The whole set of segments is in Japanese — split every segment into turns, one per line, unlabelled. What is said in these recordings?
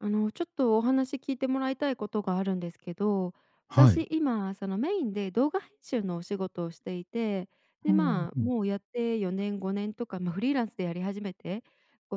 ちょっとお話聞いてもらいたいことがあるんですけど、
はい。
私今、そのメインで動画編集のお仕事をしていて、
ほ
で、
うう
まあ、
ん、
もうやって4年、5年とか、まあ、フリーランスでやり始めて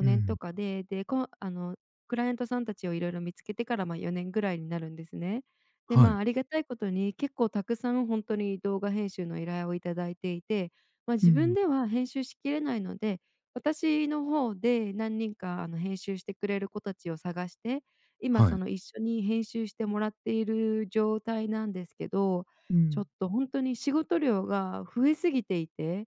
う
年
ん。
とかで、で、こあの、クライアントさんたちをいろいろ見つけてから、ま、4年ぐらいになるんですね。で、
は
まあ、
い。
ありがたいことに結構たくさん本当に動画編集の依頼をいただいていて、まあ、
う
自分
ん。
では編集しきれないので私の方で何人か編集してくれる子たちを探して、今
は
そ
い。
の一緒に編集してもらっている状態なんですけど、
う
ちょ
ん。
っと本当に仕事量が増えすぎていて、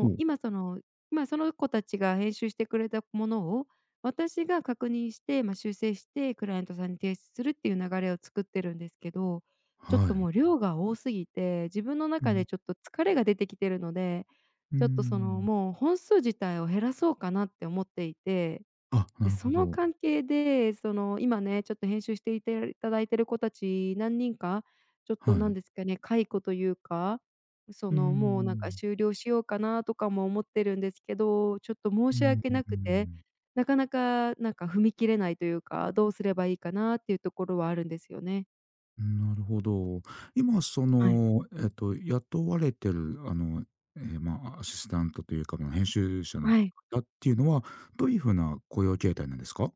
ほ
う
う、
今その今その子たちが編集してくれたものを、私が確認して、まあ、修正してクライアントさんに提出するっていう流れを作ってるんですけど、ちょっ
は
と
い。
もう量が多すぎて、自分の
う
中
ん、
でちょっと疲れが出てきてるので、
うー
ちょっとその、
ん。
もう本数自体を減らそうかなって思っていて、
あ、
で、
なる
そ
ほ
の
ど。
関係で、その、今ね、ちょっと編集していたいただいてる子たち何人か、ちょっ
は
となん
い。
ですかね、解雇というか、そ
うー
の、もうなんか
ん。
終了しようかなとかも思ってるんですけど、ちょっと申
う
し
ん、
訳な
う
くて、
ん、
なかなか、なんか踏み切れないというか、どうすればいいかなっていうところはあるんですよね。
うん。なるほど。今そ
はい。
の、雇われてるま、アシスタントというか、ま、編集者の
はい。
方っていうのは、どういう風な雇用形態なんですか？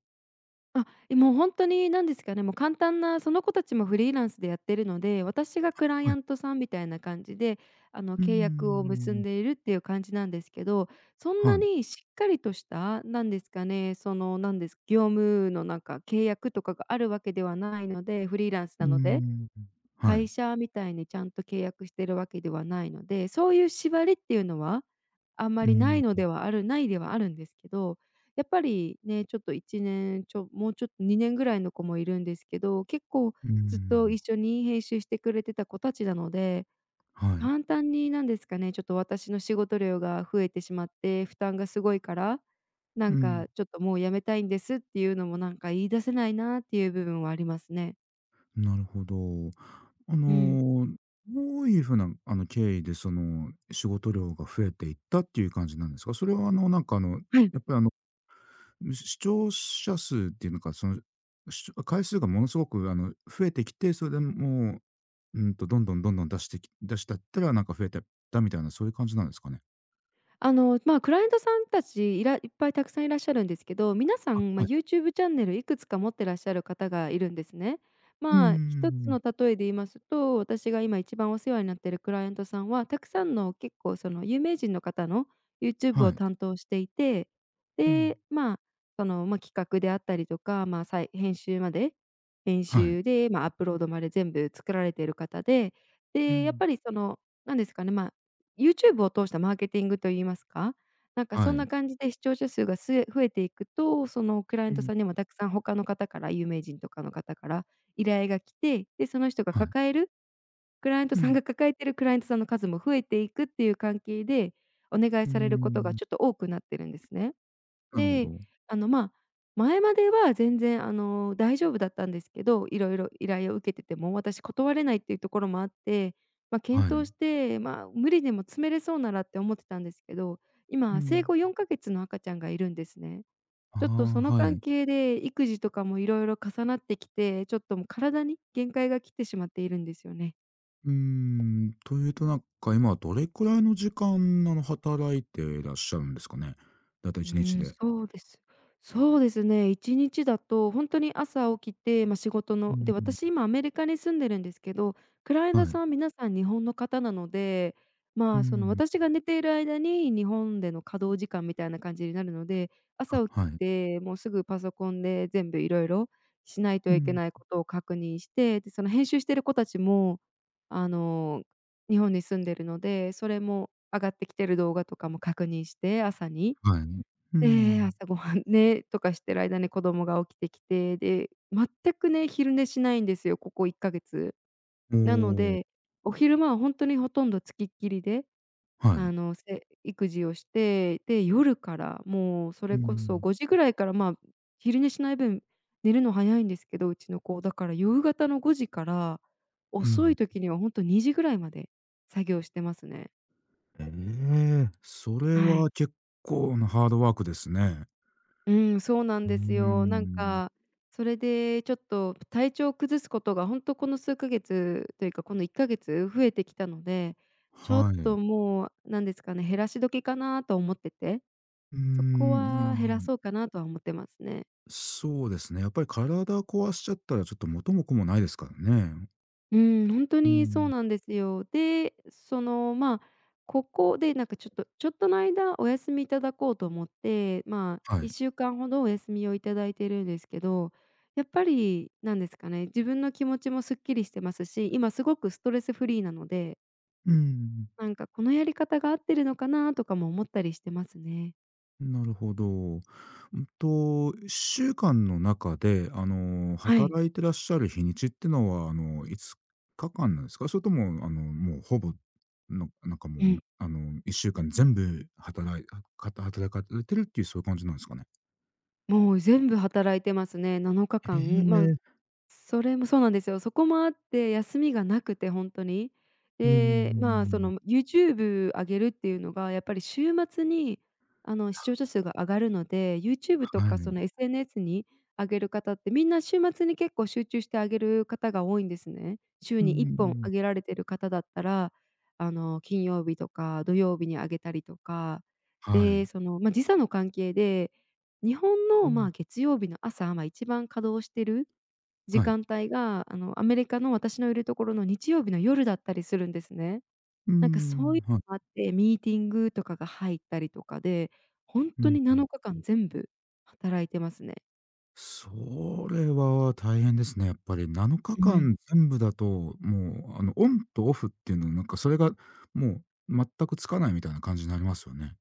あ、え、もう本当に何ですかね、もう簡単なその子たちもフリーランスでやってるので、私がクライ
は
ア
い。
ントさんみたいな感じで、
うー
契約を結んで
ん。
いるっていう感じなんですけど、そん
は
な
い。
にしっかりとした、何ですかね、その、何です業務のなんか契約とかがあるわけではないので、フリーランス
う
な
ー
ので。
ん。はい。
会社みたいにちゃんと契約してるわけではないので、そういう縛りっていうのは、あん
う
ま
ー
りな
ん、
いのではあるないではあるんですけど、やっぱりね、ちょっと1年ちょもうちょっと2年ぐらいの子もいるんですけど、結構
うー
ずっと
ん。
一緒に編集してくれてた子たちなので、
はい。
簡単になんですかね、ちょっと私の仕事量が増えてしまって、負担がすごいから、なん
うん。
かちょっともう辞めたいんですっていうのもなんか言い出せないなっていう部分はありますね。
なるほど。あ
うん。
のー、どういう風な、経緯で、その、仕事量が増えていったっていう感じなんですか？それは、なんか、
はい。
やっぱり、視聴者数っていうのか、その、回数がものすごく、増えてきて、それでもう、どんどんどんどん出してき出したったら、なんか増えてったみたいな、そういう感じなんですかね？
まあ、クライアントさんたちいらいっぱいたくさんいらっしゃるんですけど、皆さ
あ、
ん、ま
は
あ、
い。
YouTube チャンネルいくつか持ってらっしゃる方がいるんですね。
うん
まあ、一つ
ん。
の例えで言いますと、私が今一番お世話になっているクライアントさんは、たくさんの結構その有名人の方の YouTube
は
を
い。
担当していて、
うん。
で、まあ、その、まあ、企画であったりとか、まあ、再編集まで、編
はい。
集で、まあ、アップロードまで全部作られている方で、
う
で、やっ
ん。
ぱりその、なんですかね、まあ YouTube を通したマーケティングといいますか、なんか
は
そんな
い。
感じで視聴者数が増えていくと、そのクライア
う
ント
ん。
さんにもたくさん他の方から、有名人とかの方から依頼が来て、で、その人が
はい。
抱えるクライアント
う
さん
ん。
が抱えてるクライアントさんの数も増えていくっていう関係で、お願い
うー
されることが
ん。
ちょっと多くなってるんですね。
なるほ
で、
ど。
あの、まあ、前までは全然、大丈夫だったんですけど、いろいろ依頼を受けてても、私断れないっていうところもあって、まあ、
は
検
い。
討して、まあ、無理でも詰めれそうならって思ってたんですけど、
う
今生
ん。
後4か月の赤ちゃんがいるんですね。
あ
ちょっとそ
あ、
の
は
関
い。
係で育児とかもいろいろ重なってきて、ちょっともう体に限界が来てしまっているんですよね。
うーん、というとなんか今はどれくらいの時間、働いていらっしゃるんですかね？だいたい
う
1日
ーん、
で。
そうです。そうですね、1日だと本当に朝起きて、まあ、仕事
う
ので、
ん、
私今アメリカに住んでるんですけど、クライアン
は
ト
い。
さんは皆さん日本の方なので、
うー
まあ、その
ん、
私が寝ている間に日本での稼働時間みたいな感じになるので、
あ、
朝起
は
き
い。
てもうすぐパソコンで全部いろいろしない
う
といけ
ん、
ないことを確認して、で、その編集してる子たちも、あの、日本に住んでるので、それも上がってきてる動画とかも確認して、朝に。
はい。う
で、
ん。
朝ごはんね、とかしてる間に子供が起きてきて、で、全くね、昼寝しないんですよ、ここ1ヶ月。
お
なの
お、
で、お昼間はほんとにほとんどつきっきりで、
は
あ
い。
の、育児をして、で、夜からもうそ
う
れこそ
ん、
5時ぐらいから、まあ、昼寝しない分、寝るの早いんですけど、うちの子、だから夕方の5時から、
う
遅
ん。
い時にはほんと2時ぐらいまで作業してますね。
ええ、それ
はい。
は結構なハードワークですね。
うん、そうなん
うー
ですよ。なん
ん、
か、それでちょっと体調を崩すことが本当この数ヶ月というか、この1ヶ月増えてきたので、ちょっ
は
と
い。
もうなんですかね、減らし時かなとは思ってて、
うー
そこ
ん、ま
は減ら
あ、
そうかなとは思ってますね。
そうですね、やっぱり体壊しちゃったらちょっと元も子もないですからね。
うん、本当
う
にそう
ん。
なんですよ。で、その、まあ、ここでなんかちょっとの間お休みいただこうと思って、まあ、
はい。
1週間ほどお休みをいただいてるんですけど、やっぱりなんですかね、自分の気持ちもすっきりしてますし、今すごくストレスフリーなので、
うん、
なんかこのやり方が合ってるのかなとかも思ったりしてますね。
なるほど。1週間の中で、
はい。
働いてらっしゃる日にちってのは、5日間なんですか？それとも、もうほぼ、のなんかも
う
う、
ん。
あの、1週間全部働いかた働かれてるっていう、そういう感じなんですかね？
もう全部働いてますね。7
え
日間。まあ
え、
それもそうなんですよ。そこもあって、休みがなくて本当に。
うー
で、まあ、そ
ん、
の YouTube 上げるっていうのが、やっぱり週末に、視聴者数が上がるので、YouTube と
は
かそ
い。
の SNS に上げる方って、みんな週末に結構集中して上げる方が多いんですね。週
うん
に1本
ん。
上げられてる方だったら、金曜日とか土曜日に上げたりとか。
は
で、
い。
その、まあ、時差の関係で、日本
う
の、ま
ん。
あ、月曜日の朝、まあ、一番稼働してる時
はい。
間帯が、アメリカの私のいるところの日曜日の夜だったりするんですね。
うー
なんかそうい
ん、
う
はい。
のもあって、ミーティングとかが入ったりとかで、ほん
う
と
ん。
に7日間全部働いてますね。
それは大変ですね、やっぱり。7
う
日
ん。
間全部だと、もう、オンとオフっていうの、なんかそれがもう全くつかないみたいな感じになりますよね。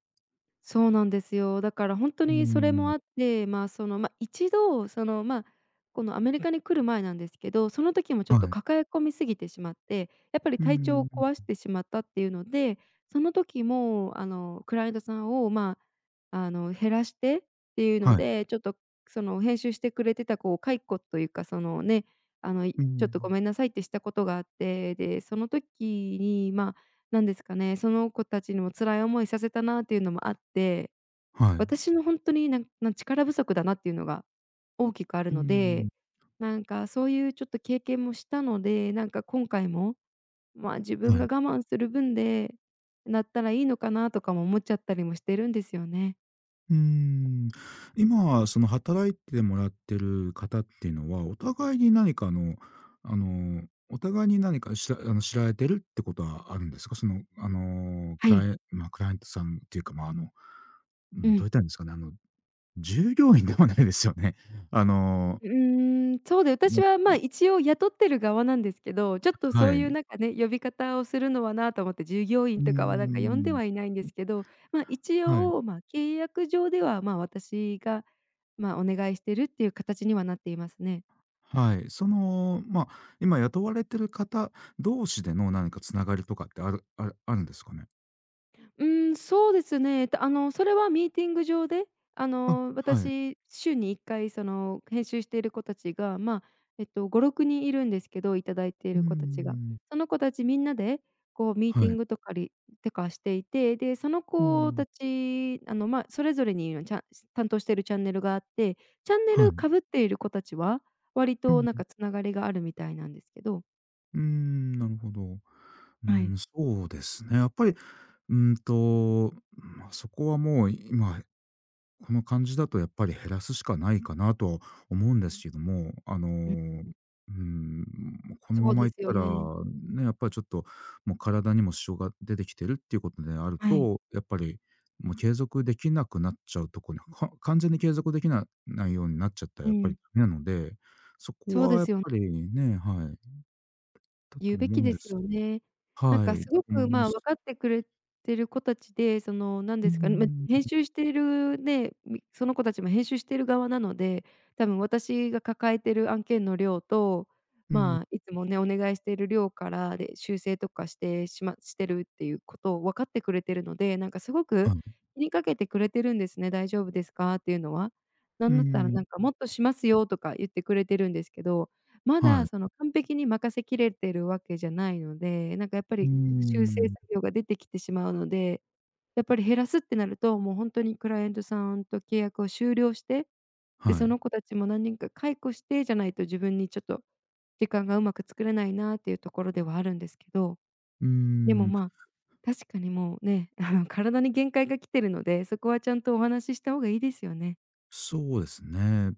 そうなんですよ。だから本当
うー
にそれも
ん。
あって、一度、このアメリカに来る前なんですけど、その時もちょっ
は
と
い。
抱え込みすぎてしまって、やっぱり
う
体調
ー
を
ん。
壊してしまったっていうので、その時も、クライアントさんを、減らしてっていうの
はい。
で、ちょっと、編集してくれてたこう解雇というか、
うー
ちょっとご
ん。
めんなさいってしたことがあって、で、その時に、なんですかね、その子たちにも辛い思いさせたなっていうのもあって、
はい。
私の本当になんなん力不足だなっていうのが大きくある
うー
の
ん。
で、なんかそういうちょっと経験もしたので、なんか今回も、自分
は
が
い。
我慢する分でなったらいいのかなとかも思っちゃったりもしてるんですよね。
うーん。今、その働いてもらってる方っていうのは、お互いに何かあの、お互いに何かしら知られてるってことはあるんですか？その、
は
ク
い。
ライまあ、クライアントさんっていうか、まあ、う
う
ん、どう言っ
ん。
たらいいんですかね、従業員ではないですよね。あの、
うーん、そうで、私
ま
は、一応雇ってる側なんですけど、ちょっと
は
そういう
い。
なんかね、呼び方をするのはなと思って、従業
う
員
ー
とかはなんか呼んで
ん。
はいないんですけど、一
はい。
応、契約上では、私が、お願いしてるっていう形にはなっていますね。
はい。その、まあ、今雇われてる方同士での何かつながりとかってあるあるあるんですかね？
うん、そうですね。それはミーティング上で、
あ、はい。
私、週に1回、編集している子たちが、5、6人いるんですけど、いただいてい
うー
る子たちが。
ん。
その子たちみんなで、こう、ミー
は
ティ
い。
ングとかりてかしていて、で、その
う
子
ん。
たち、それぞれにちゃん担当しているチャンネルがあって、チャンネ
は
ル
い。
かぶっている子たちは、割
う
と、
ん。
つながりがあるみたいなんですけど。
うーん、なるほど。う
はい。
ん、そうですね。やっぱり、ま、そこはもう今この感じだとやっぱり減らすしかないかなとは思うんですけども、う
うん。
ん、この
そ
ま
う
まい
で
っ
す
た
よ
ら、
ね。
ね、やっぱりちょっともう体にも支障が出てきてるっていうことである
はい。
と、やっぱりもう継続できなくなっちゃうとこに、完全に継続できなないようになっちゃったら
う
やっぱり
ん、
ダメなので、そこ
そう
は
で
やっ
すよ。
ぱりね、はい、だと
言うべ
思う
き
ん
で
で
す
す。
よね。なん
は
か
い、
す
だと
ご
思
く、
います。
分かってくれてる子たちで、なん
う
ですかね、
ん、
編集しているね、その子たちも編集している側なので、多分私が抱えてる案件の量と、
うん、
いつもね、お願いしている量からで、修正とかしましてるっていうことを分かってくれてるので、なんかすご
は
く
い、
気にかけてくれてるんですね、「大丈夫ですか？」っていうのは。な
う
んだったら、
ん、
なんか「もっとしますよ」とか言ってくれてるんですけど、ま
は
だ
い、
その完璧に任せきれてるわけじゃないので、なんかやっぱ
う
り修正
ん、
作業が出てきてしまうので、やっぱり減らすってなると、もう本当にクライアントさんと契約を終了して、で、
は
そ
い。
の子たちも何人か解雇してじゃないと自分にちょっと時間がうまく作れないなっていうところではあるんですけど、
うー
でも、
ん、
確かにもうね、体に限界が来てるので、そこはちゃんとお話しした方がいいですよね。
そうですね。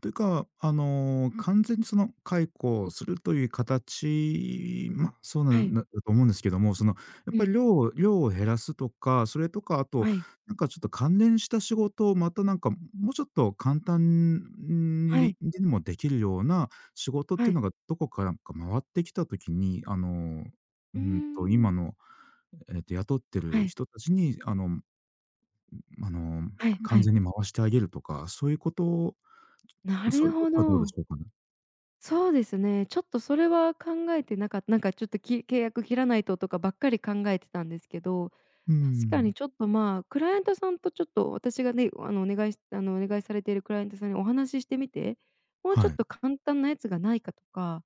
というか、完全にその解雇をするという形、まあ、そうな
は
ん
い。
だと思うんですけども、その、やっ
う
ぱり
ん。
量を減らすとか、それとか、あと、
はい。
なんかちょっと関連した仕事をまたなんか、もうちょっと簡単に
は
に
い。
にもできるような仕事っ
は
ていう
い。
のがどこからか回ってきた時に、
うーん。
今の、雇って
は
る
い。
人たちに、あの、
はいは
完
い。
全に回してあげるとか、そういうことを
な
そう
る
いうこ
ほ
とはどうで
ど。
しょうかね。
そうですね。ちょっとそれは考えてなかった。なんかちょっと契約切らないととかばっかり考えてたんですけど、
うー
確かに
ん。
ちょっと、クライアントさんとちょっと私がね、お願いされているクライアントさんにお話ししてみて、もうち
は
ょっ
い。
と簡単なやつがないかとか、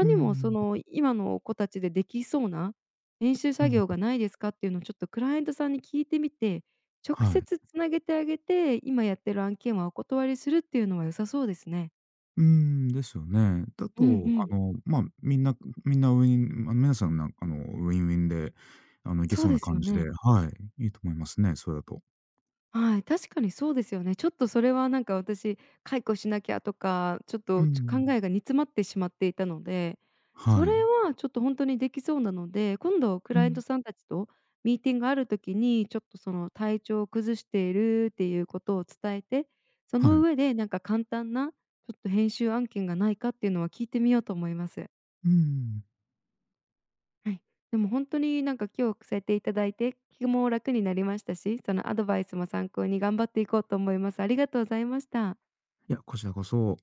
うー
にもそ
ん、
の今の子たちでできそうな練習
う
作
ん、
業がないですかっていうのをちょっとクライアントさんに聞いてみて、直
はい。
接つなげてあげて、今やってる案件はお断りするっていうのは良さそうですね。
うーん、ですよね。だ
うん
と、
うん。
まあ、みんなウィンまあの、皆さんなんあの、ウィンウィンで、いけ
そ
そ
う
う
で
な
す
感
よ
じで、
ね。
はい、いいと思いますね、それだと。
はい、確かにそうですよね。ちょっとそれはなんか私、解雇しなきゃとか、ちょっ
うー
と、考
ん。
えが煮詰まってしまっていたので、そ
は
れ
い。
はちょっと本当にできそうなので、今度ク
う
ライアン
ん。
トさんたちとミーティングがある時に、ちょっとその体調を崩しているっていうことを伝えて、そ
は
の
い。
上でなんか簡単なちょっと編集案件がないかっていうのは聞いてみようと思います。
うーん。
はい。でも本当になんか今日くせていただいて、気も楽になりましたし、そのアドバイスも参考に頑張っていこうと思います。ありがとうございました。
いや、こちらこそ。